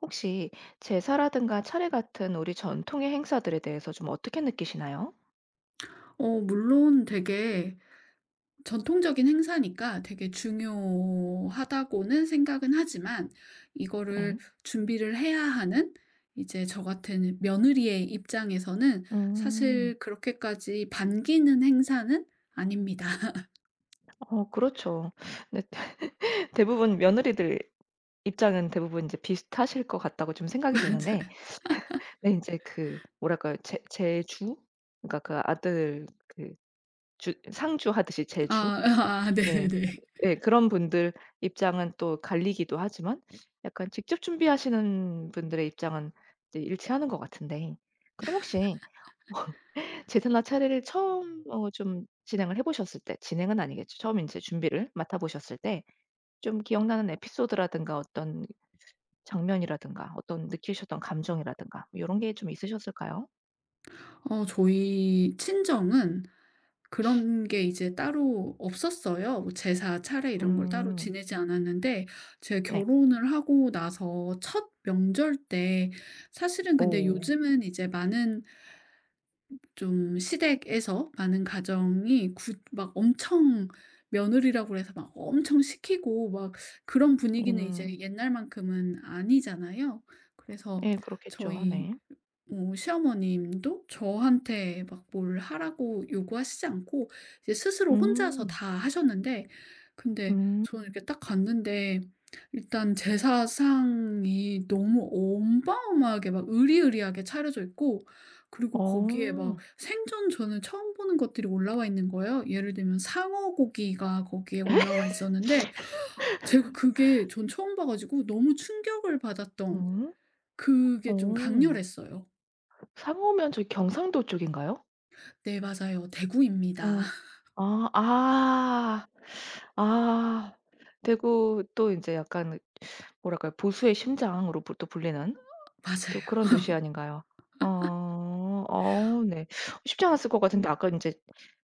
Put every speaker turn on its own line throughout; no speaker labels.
혹시 제사라든가 차례 같은 우리 전통의 행사들에 대해서 좀 어떻게 느끼시나요?
물론 되게 전통적인 행사니까 되게 중요하다고는 생각은 하지만 이거를
네.
준비를 해야 하는 이제 저 같은 며느리의 입장에서는
음.
사실 그렇게까지 반기는 행사는 아닙니다.
어, 그렇죠. 근데 대부분 며느리들 입장은 대부분 이제 비슷하실 것 같다고 좀 생각이 되는데,
맞아요.
근데 이제 그 뭐랄까요? 제 제주? 그러니까 그 아들 그 주 상주하듯이 제주? 예.
네네네.
예, 그런 분들 입장은 또 갈리기도 하지만 약간 직접 준비하시는 분들의 입장은 이제 일치하는 것 같은데, 그럼 혹시 제사나 차례를 처음 좀 진행을 해 보셨을 때, 진행은 아니겠죠. 처음 인제 준비를 맡아 보셨을 때 좀 기억나는 에피소드라든가 어떤 장면이라든가 어떤 느끼셨던 감정이라든가 뭐 요런 게 좀 있으셨을까요?
저희 친정은 그런 게 이제 따로 없었어요. 뭐 제사, 차례 이런 걸 따로
음.
지내지 않았는데 제가
네.
결혼을 하고 나서 첫 명절 때 사실은. 근데
오.
요즘은 이제 많은 좀 시댁에서 많은 가정이 구 막 엄청 며느리라고 해서 막 엄청 시키고 막 그런 분위기는
음.
이제 옛날만큼은 아니잖아요. 그래서
예, 그렇겠죠.
저희
네.
뭐 시어머님도 저한테 막 뭘 하라고 요구하시지 않고 이제 스스로 혼자서
음.
다 하셨는데 근데
음.
저는 이렇게 딱 갔는데 일단 제사상이 너무 어마어마하게 막 으리으리하게 차려져 있고, 그리고 거기에 막
어.
생전 저는 처음 보는 것들이 올라와 있는 거예요. 예를 들면 상어 고기가 거기에 올라와 있었는데 제가 그게 전 처음 봐 가지고 너무 충격을 받았던,
음.
그게 좀
어.
강렬했어요.
상호면 저기 경상도 쪽인가요?
네 맞아요. 대구입니다.
어. 아. 아. 아. 대구 또 인제 약간 뭐랄까요, 보수의 심장으로 부 또 불리는 또 그런
맞아요.
도시 아닌가요? 어. 어, 네. 쉽지 않았을 것 같은데, 아까 인제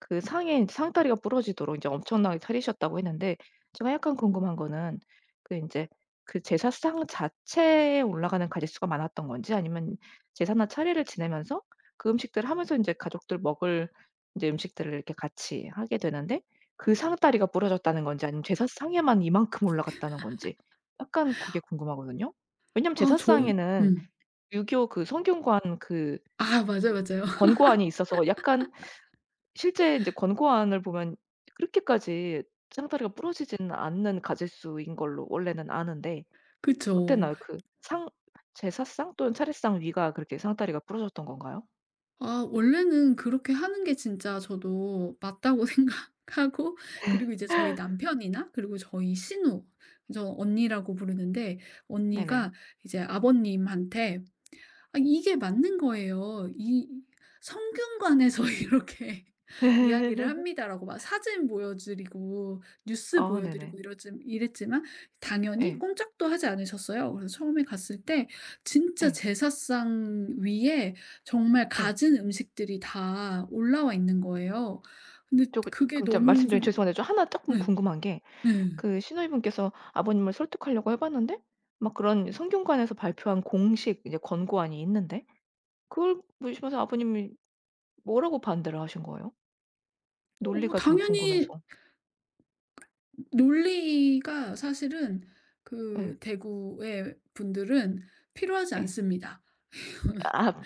그 상에 인제 상다리가 부러지도록 인제 엄청나게 차리셨다고 했는데, 제가 약간 궁금한 거는 그 인제 그 제사상 자체에 올라가는 가짓수가 많았던 건지, 아니면 제사나 차례를 지내면서 그 음식들을 하면서 인제 가족들 먹을 인제 음식들을 이렇게 같이 하게 되는데 그 상다리가 부러졌다는 건지, 아니면 제사상에만 이만큼 올라갔다는 건지, 약간 그게 궁금하거든요. 왜냐면
아 전
제사상에는
음.
유교 그 성균관 그
아 맞아요, 맞아요.
권고안이 있어서 약간 실제 인제 권고안을 보면 그렇게까지 상다리가 부러지지는 않는 가짓수인 걸로 원래는 아는데,
그쵸.
어땠나요? 그 상, 제사상 또는 차례상 위가 그렇게 상다리가 부러졌던 건가요?
아 원래는 그렇게 하는 게 진짜 저도 맞다고 생각하고, 그리고 이제 저희 남편이나 그리고 저희 신우, 저 언니라고 부르는데,
네네.
언니가 이제 아버님한테 아 이게 맞는 거예요. 이 "성균관에서 이렇게 이야기를 합니다."라고 막 사진 보여드리고 뉴스
아, 네네.
보여드리고 이러지 이랬지만 당연히
예.
꼼짝도 하지 않으셨어요. 그래서 처음에 갔을 때 진짜
예.
제사상 위에 정말
예.
가진 음식들이 다 올라와 있는 거예요. 근데
저 그
그게
그럼 좀
너무
말씀 중에
좀
죄송한데 저 하나 쪼끔
응
궁금한 게,
응.
그신호이분께서 아버님을 설득하려고 해 봤는데 막 그런 성균관에서 발표한 공식 이제 권고안이 있는데, 그걸 보시면서 아버님이 뭐라고 반대를 하신 거예요? 논리가 좀 궁금해서.
당연히 논리가 사실은 그
예.
대구의 분들은 필요하지
예.
않습니다.
아,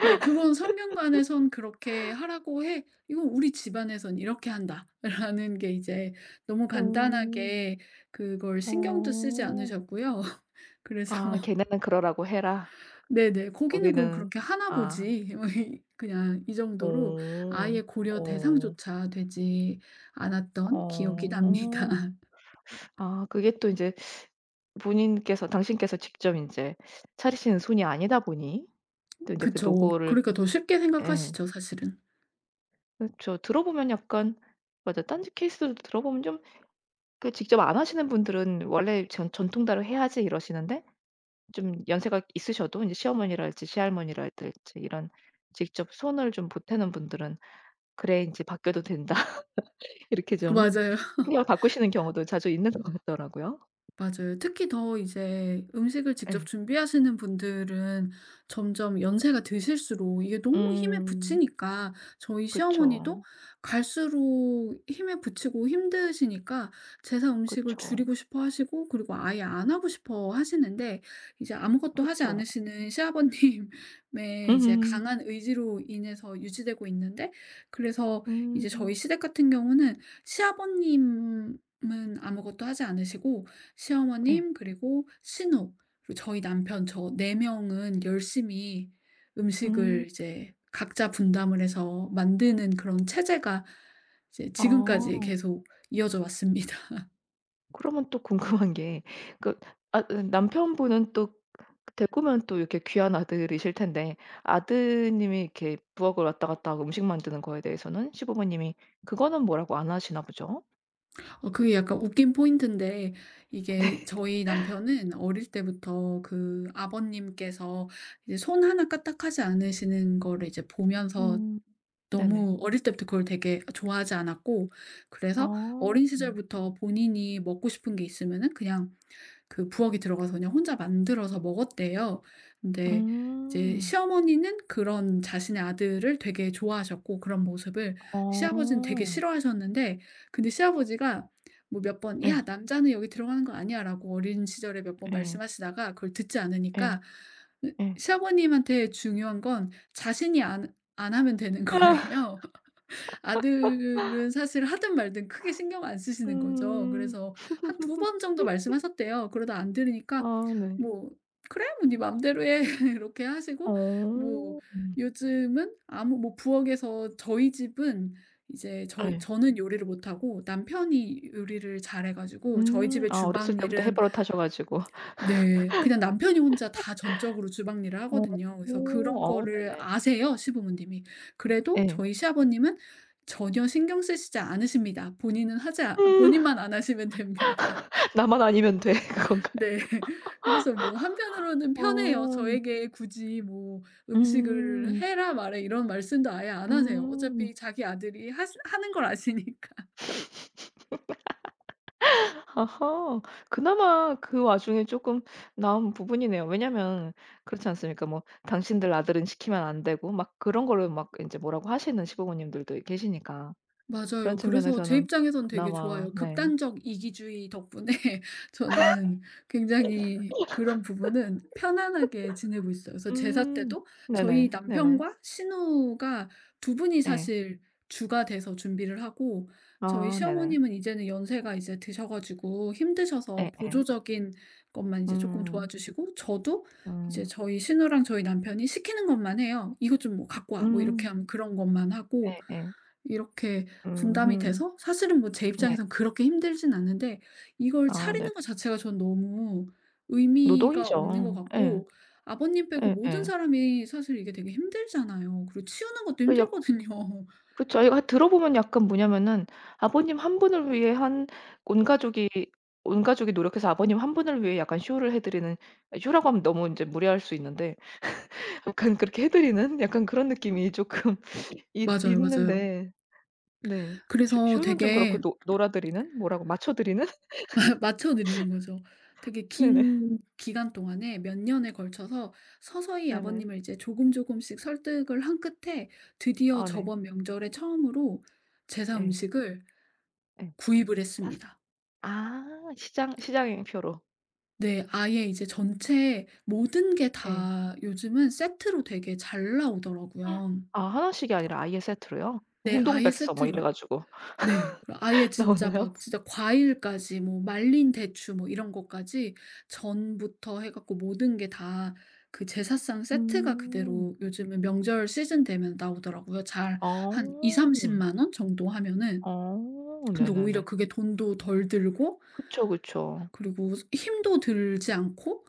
네 그건 성균관에선 그렇게 하라고 해. "이건 우리 집안에선 이렇게 한다."라는 게 이제 너무
어.
간단하게 그걸 신경도 쓰지
어.
않으셨고요. 그래서
아, "걔네는 그러라고 해라.
네네 '거기는 그럼
우리는."
그렇게 하나
아.
보지.' 뭐 이 그냥 이 정도로
어.
아예 고려
어.
대상조차 되지 않았던 기억이 납니다.
어. 아, 그게 또 인제 본인께서 당신께서 직접 인제 차리시는 손이 아니다 보니 또 인제 그
그쵸.
노고를.
그러니까 더 쉽게
예.
생각하시죠 사실은.
그쵸. 들어보면 약간, 맞아. 딴지 케이스들도 들어보면 좀 그 직접 안 하시는 분들은 원래 전 "전통대로 해야지." 이러시는데, 좀 연세가 있으셔도 이제 시어머니랄지 시할머니랄지 이런 직접 손을 좀 보태는 분들은 "그래, 인제 바뀌어도 된다." 이렇게 좀
맞아요.
생각을 바꾸시는 경우도 자주 있는 것 같더라고요.
맞아요. 특히 더 이제 음식을 직접
예.
준비하시는 분들은 점점 연세가 드실수록 이게 너무 힘에
음.
부치니까. 저희 시어머니도
그쵸.
갈수록 힘에 부치고 힘드시니까 제사 음식을
그쵸.
줄이고 싶어 하시고 그리고 아예 안 하고 싶어 하시는데 이제 아무것도 하지
그쵸.
않으시는 시아버님의 이제
음음.
강한 의지로 인해서 유지되고 있는데, 그래서
음.
이제 저희 시댁 같은 경우는 시아버님은 아무것도 하지 않으시고
예.
시어머님 그리고 신우 그리고 저희 남편 저 4 명은 열심히
음.
음식을 이제 각자 분담을 해서 만드는 그런 체제가 이제 지금까지
아.
계속 이어져 왔습니다.
그러면 또 궁금한 게 그아 어, 남편분은 또 대꾸면 또 이렇게 귀한 아들이실 텐데 아드님이 이렇게 부엌을 왔다 갔다 하고 음식 만드는 거에 대해서는 시부모님이 그거는 뭐라고 안 하시나 보죠?
그게 약간 웃긴 포인트인데, 이게 저희 남편은 어릴 때부터 그 아버님께서 이제 손 하나 까딱하지 않으시는 거를 이제 보면서
음. 네네.
너무 어릴 때부터 그걸 되게 좋아하지 않았고, 그래서
어.
어린
음.
시절부터 본인이 먹고 싶은 게 있으면은 그냥 그 부엌에 들어가서 그냥 혼자 만들어서 먹었대요. 근데 이제
음.
시어머니는 그런 자신의 아들을 되게 좋아하셨고, 그런 모습을 시아버지는 되게
어.
싫어하셨는데, 근데 시아버지가 뭐 몇 번
예.
"야 남자는 여기 들어가는 거 아니야."라고 어린 시절에 몇 번
예.
말씀하시다가 그걸 듣지
예.
않으니까 으
예.
시아버님한테 중요한 건 자신이 안 하면 되는 거예요. 아들은 사실 하든 말든 크게 신경 안 쓰시는 거죠.
음.
그래서 한 두 번 정도 말씀하셨대요. 그러다 안 들으니까
아, 네.
뭐 "그래 뭐 네 맘대로 해." 이렇게 하시고
어.
뭐
음.
요즘은 아무 뭐 부엌에서 저희 집은 이제 저희
예.
저는 요리를 못 하고 남편이 요리를 잘해 가지고 저희
음.
집의
아, 어렸을
주방
때부터
일은,
해버릇 하셔 가지고.
네. 그냥 남편이 혼자 다 전적으로 주방 일을
어.
하거든요. 그래서 그런
어,
거를
네네.
아세요, 시부모님이. 그래도
예.
저희 시아버님은 전혀 신경 쓰시지 않으십니다. 본인은 하지 않
음.
본인만 안 하시면 됩니다.
나만 아니면 돼, 그건가요?
네. 그래서 뭐 한편으로는 편해요.
어.
저에게 굳이 뭐 "음식을
음.
해라 마라." 이런 말씀도 아예 안 하세요.
음.
어차피 자기 아들이 하시 하는 걸 아시니까.
아하. 그나마 그 와중에 쪼끔 나은 부분이네요. 왜냐면 그렇지 않습니까? 뭐 "당신들 아들은 시키면 안 되고." 막 그런 거를 막 인제 뭐라고 하시는 시부모님들도 계시니까. 그런
맞아요. 그래서 제
측면에서는
입장에선 되게
그나마,
좋아요.
네.
극단적 이기주의 덕분에 저는 굉장히 그런 부분은 편안하게 지내고 있어요. 그래서 제사
음.
때도 저희
네네. 네네.
남편과 신우가 두 분이
예.
사실 주가 돼서 준비를 하고, 저희
아, 네네.
시어머님은 이제는 연세가 이제 드셔 가지고 힘드셔서
예예.
보조적인 것만 이제 조금
음.
도와주시고, 저도 이제
음.
저희 신우랑 저희 남편이 시키는 것만 해요. "이것 좀 뭐 갖고 와." 뭐 이렇게
음.
하면 그런 것만 하고.
예예.
이렇게 분담이
음음.
돼서 사실은 뭐 제
네.
입장에선 그렇게 힘들진 않는데, 이걸
아, 네네.
차리는 것 자체가 전 너무 의미가 없는 것
노동이죠. 예.
같고, 아버님 빼고 모든
예예.
사람이 사실 이게 되게 힘들잖아요. 그리고 치우는 것도
그 약,
힘들거든요.
그쵸. 이거 들어보면 약간 뭐냐면은 아버님 한 분을 위해 한, 온 가족이, 온 가족이 노력해서 아버님 한 분을 위해 약간 쇼를 해 드리는, 쇼라고 하면 너무 인제 무례할 수 있는데 약간 그렇게 해 드리는 약간 그런 느낌이 쪼끔 있
맞아요, 맞아요.
있는데 네.
그래서
쇼는좀
되게
그렇고 노 놀아 드리는? 뭐라고 맞춰 드리는?
맞춰 드리는 거죠. 되게
네네.
긴 기간 동안에 몇 년에 걸쳐서 서서히
네네.
아버님을 이제 조금조금씩 설득을 한 끝에 드디어
아, 네.
저번 명절에 처음으로 제사
예.
음식을
예.
구입을
파스,
했습니다.
아 시장, 시장행표로.
네. 아예 이제 전체 모든 게
예.
다 요즘은 세트로 되게 잘 나오더라고요.
아, 하나씩이 아니라 아예 세트로요?
네. 아예
공동백서 뭐 이래
세트로.
가지고
네. 그 아예 진짜
나오나요?
막 진짜 과일까지 뭐 말린 대추 뭐 이런 것까지 전부터 해 갖고 모든 게 다 그 제사상 세트가
음.
그대로 요즘은 명절 시즌 되면 나오더라고요. 잘.
아.
한 230만 원 정도 하면은,
아,
근데 오히려
네네네.
그게 돈도 덜 들고
그쵸, 그쵸.
그리고 힘도 들지 않고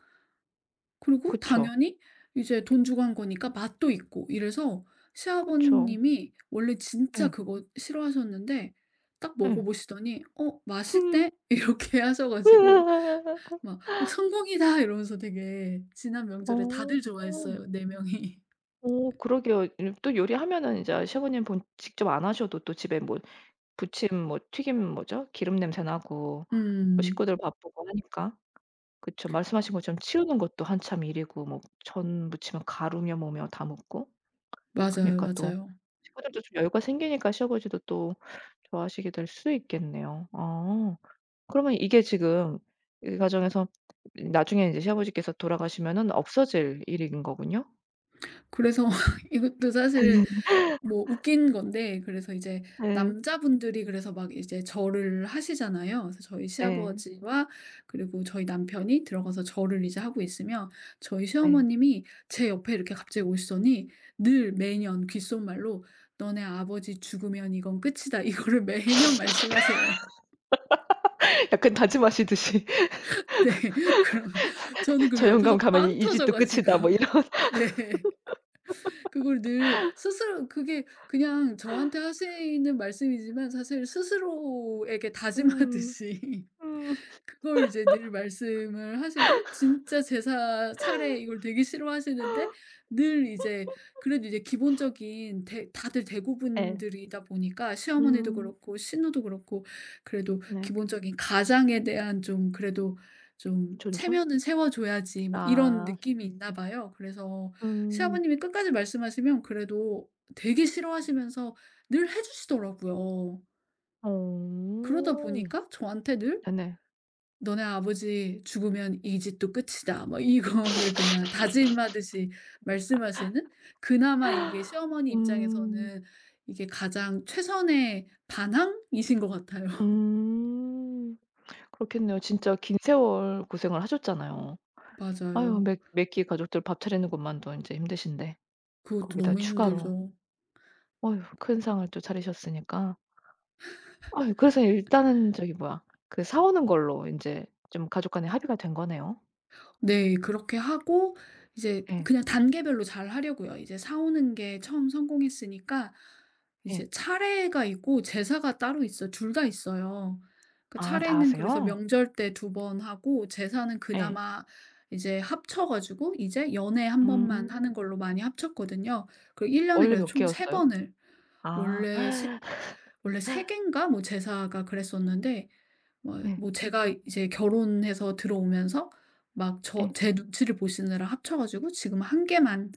그리고
그쵸.
당연히 이제 돈 주고 한 거니까 맛도 있고, 이래서
그쵸.
시아버님이 원래 진짜
예.
그거 싫어하셨는데 딱 먹어
예.
보시더니 "어 맛있대?" 이렇게 하셔 가지고 막 "어 성공이다." 이러면서 되게 지난 명절에
어.
다들 좋아했어요, 네 명이.
어, 그러게요. 이 또 요리하면은 이제 셰프님 본 직접 안 하셔도 또 집에 뭐 부침 뭐 튀김 뭐죠? 기름 냄새 나고 또
음.
식구들 바쁘고 하니까. 그쵸. 말씀하신 것처럼 치우는 것도 한참 일이고 뭐 전 무치면 가루며 뭐며 다 묻고.
맞아요,
그니까 또
맞아요.
식구들도 좀 여유가 생기니까 시아버지도 또 좋아하시게 될 수 있겠네요. 아. 그러면 이게 지금 이 과정에서 나중에 인제 시아버지께서 돌아가시면은 없어질 일인 거군요?
그래서 이것도 사실 뭐 웃긴 건데, 그래서 이제
예.
남자분들이 그래서 막 이제 절을 하시잖아요. 그래서 저희
예.
시아버지와 그리고 저희 남편이 들어가서 절을 이제 하고 있으면 저희
예.
시어머님이 제 옆에 이렇게 갑자기 오시더니 늘 매년 귓속말로 "너네 아버지 죽으면 이건 끝이다." 이거를 매년 말씀하세요.
약간 다짐하시듯이.
네. 그럼 저는 그
'저 영감
옆에서
가면
빵
이 이
터져
집도
가지고
끝이다.' 뭐 이런.
네. 그걸 늘 스스로, 그게 그냥 저한테 하시는 말씀이지만 사실 스스로에게
음.
다짐하듯이
음.
그걸 이제 늘 말씀을 하시고, 진짜 제사 차례 이걸 되게 싫어하시는데 늘 이제 그래도 이제 기본적인 대 다들
예.
대구분들이다 보니까 시어머니도
음.
그렇고 신우도 그렇고 그래도
네.
기본적인 가장에 대한 좀, 그래도 좀
존중?
'체면은 세워 줘야지.' 뭐 이런
아.
느낌이 있나 봐요. 그래서
음.
시아버님이 끝까지 말씀하시면 그래도 되게 싫어하시면서 늘 해 주시더라고요. 그러다
어.
보니까 저한테 늘
네네.
"너네 아버지 죽으면 이 집도 끝이다." 뭐 이거를 그냥 다짐하듯이 말씀하시는, 그나마 이게 시어머니
음.
입장에서는 이게 가장 최선의 반항이신 것 같아요.
음. 그렇겠네요. 진짜 긴 세월 고생을 하셨잖아요. 아유,
맞아요.
매 매끼 가족들 밥 차리는 것만도 이제 힘드신데
그것도
거기다
너무
추가로
힘들죠.
어휴 큰 상을 또 차리셨으니까. 아유, 그래서 일단은 저기 뭐야 그 사 오는 걸로 이제 좀 가족 간에 합의가 된 거네요.
네. 그렇게 하고 이제
예.
그냥 단계별로 잘 하려고요. 이제 사 오는 게 처음 성공했으니까.
예.
이제 차례가 있고 제사가 따로 있어요. 둘 다 있어요. 그
아, 다
차례는 그래서
하세요?
명절 때 두 번 하고 제사는
예.
그나마 이제 합쳐 가지고 이제 연에 한
음.
번만 하는 걸로 많이 합쳤거든요. 그리고 1 년에
원래
그래서
몇
총 세
개였어요?
번을.
아.
원래 세 원래 세 개인가 뭐 제사가 그랬었는데 뭐
네.
뭐 제가 이제 결혼해서 들어오면서 막 저
예.
제 눈치를 보시느라 합쳐 가지고 지금 한 개만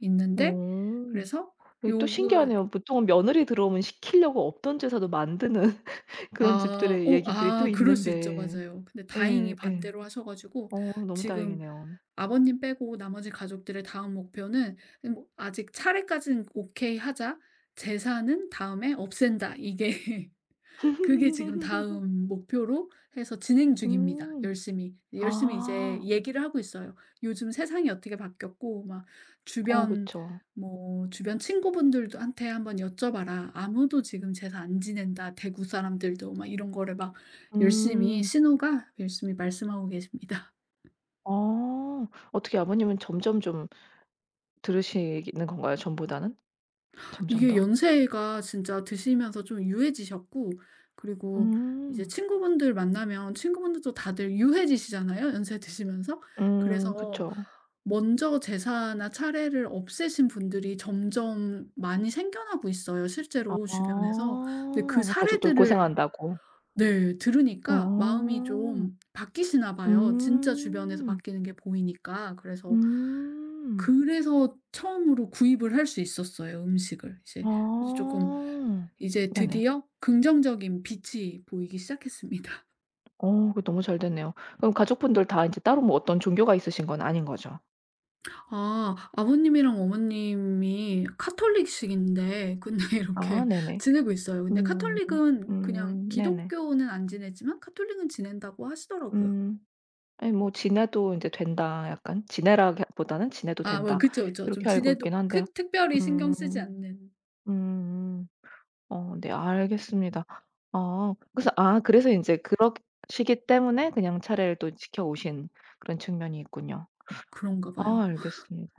있는데.
오,
그래서
이게 또
요거
신기하네요. 보통은 며느리 들어오면 시키려고 없던 제사도 만드는 그런
아
집들의
어
얘기들이 또
아 그럴 수 있죠.
있는데.
맞아요. 근데 다행히
예, 예.
반대로 하셔 가지고
어, 너무
지금
다행이네요.
아버님 빼고 나머지 가족들의 다음 목표는 뭐 "아직 차례까지는 오케이 하자. 재산은 다음에 없앤다." 이게, 그게 지금 다음 목표로 해서 진행 중입니다
음.
열심히. 열심히 이제
아.
얘기를 하고 있어요. 요즘 세상이 어떻게 바뀌었고 막
어,
주변
그쵸.
뭐 주변 친구분들도 한테 한번 여쭤봐라. 아무도 지금 "제사 안 지낸다. 대구 사람들도." 막 이런 거를 막 열심히
음.
신호가 열심히 말씀하고 계십니다.
어, 어떻게 아버님은 점점 좀 들으시는 건가요 전보다는? 점점
이게
더?
연세가 진짜 드시면서 좀 유해지셨고, 그리고 이제
음.
친구분들 만나면 친구분들도 다들 유해지시잖아요, 연세 드시면서.
음,
그래서
그쵸.
먼저 제사나 차례를 없애신 분들이 점점 많이 생겨나고 있어요, 실제로
아.
주변에서. 근데 그
가족들
사례들을
고생한다고.
네, 들으니까
아.
마음이 좀 바뀌시나 봐요. 진짜 주변에서
음.
바뀌는 게 보이니까.
음.
그래서 처음으로 구입을 할 수 있었어요, 음식을. 이제 그래서 쪼끔
아.
이제
네네.
드디어 긍정적인 빛이 보이기 시작했습니다.
어, 그 너무 잘 됐네요. 그럼 가족분들 다 인제 따로 뭐 어떤 종교가 있으신 건 아닌 거죠?
아 아버님이랑 어머님이 카톨릭식인데 근데
아,
이렇게
네네.
지내고 있어요. 근데
음.
카톨릭은 그냥
음, 네네.
기독교는 안 지내지만 카톨릭은 지낸다고 하시더라고요.
음. 아니, 뭐 지내도 인제 된다, 약간 지내라기 보다는 지내도
아 뭐
된다
그쵸, 그쵸. 좀
이렇게 알고
지내도
있긴
크
한데요.
특별히 신경
음.
쓰지 않는.
음음. 어, 네, 알겠습니다. 어, 그래서 아 그래서 인제 그러시기 때문에 그냥 차례를 또 지켜오신 그런 측면이 있군요.
그런가
아,
봐요.
알겠습니다.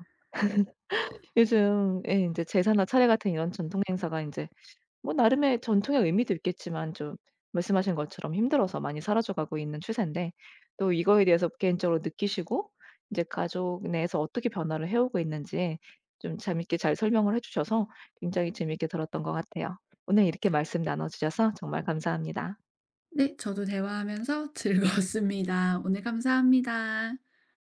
요즘 예 인제 제사나 차례 같은 이런 전통 행사가 인제 뭐 나름의 전통의 의미도 있겠지만 좀 말씀하신 것처럼 힘들어서 많이 사라져 가고 있는 추세인데, 또 이거에 대해서 개인적으로 느끼시고 이제 가족 내에서 어떻게 변화를 해오고 있는지 좀 재밌게 잘 설명을 해 주셔서 굉장히 재밌게 들었던 것 같아요. 오늘 이렇게 말씀 나눠 주셔서 정말 감사합니다.
네 저도 대화하면서 즐거웠습니다. 오늘 감사합니다.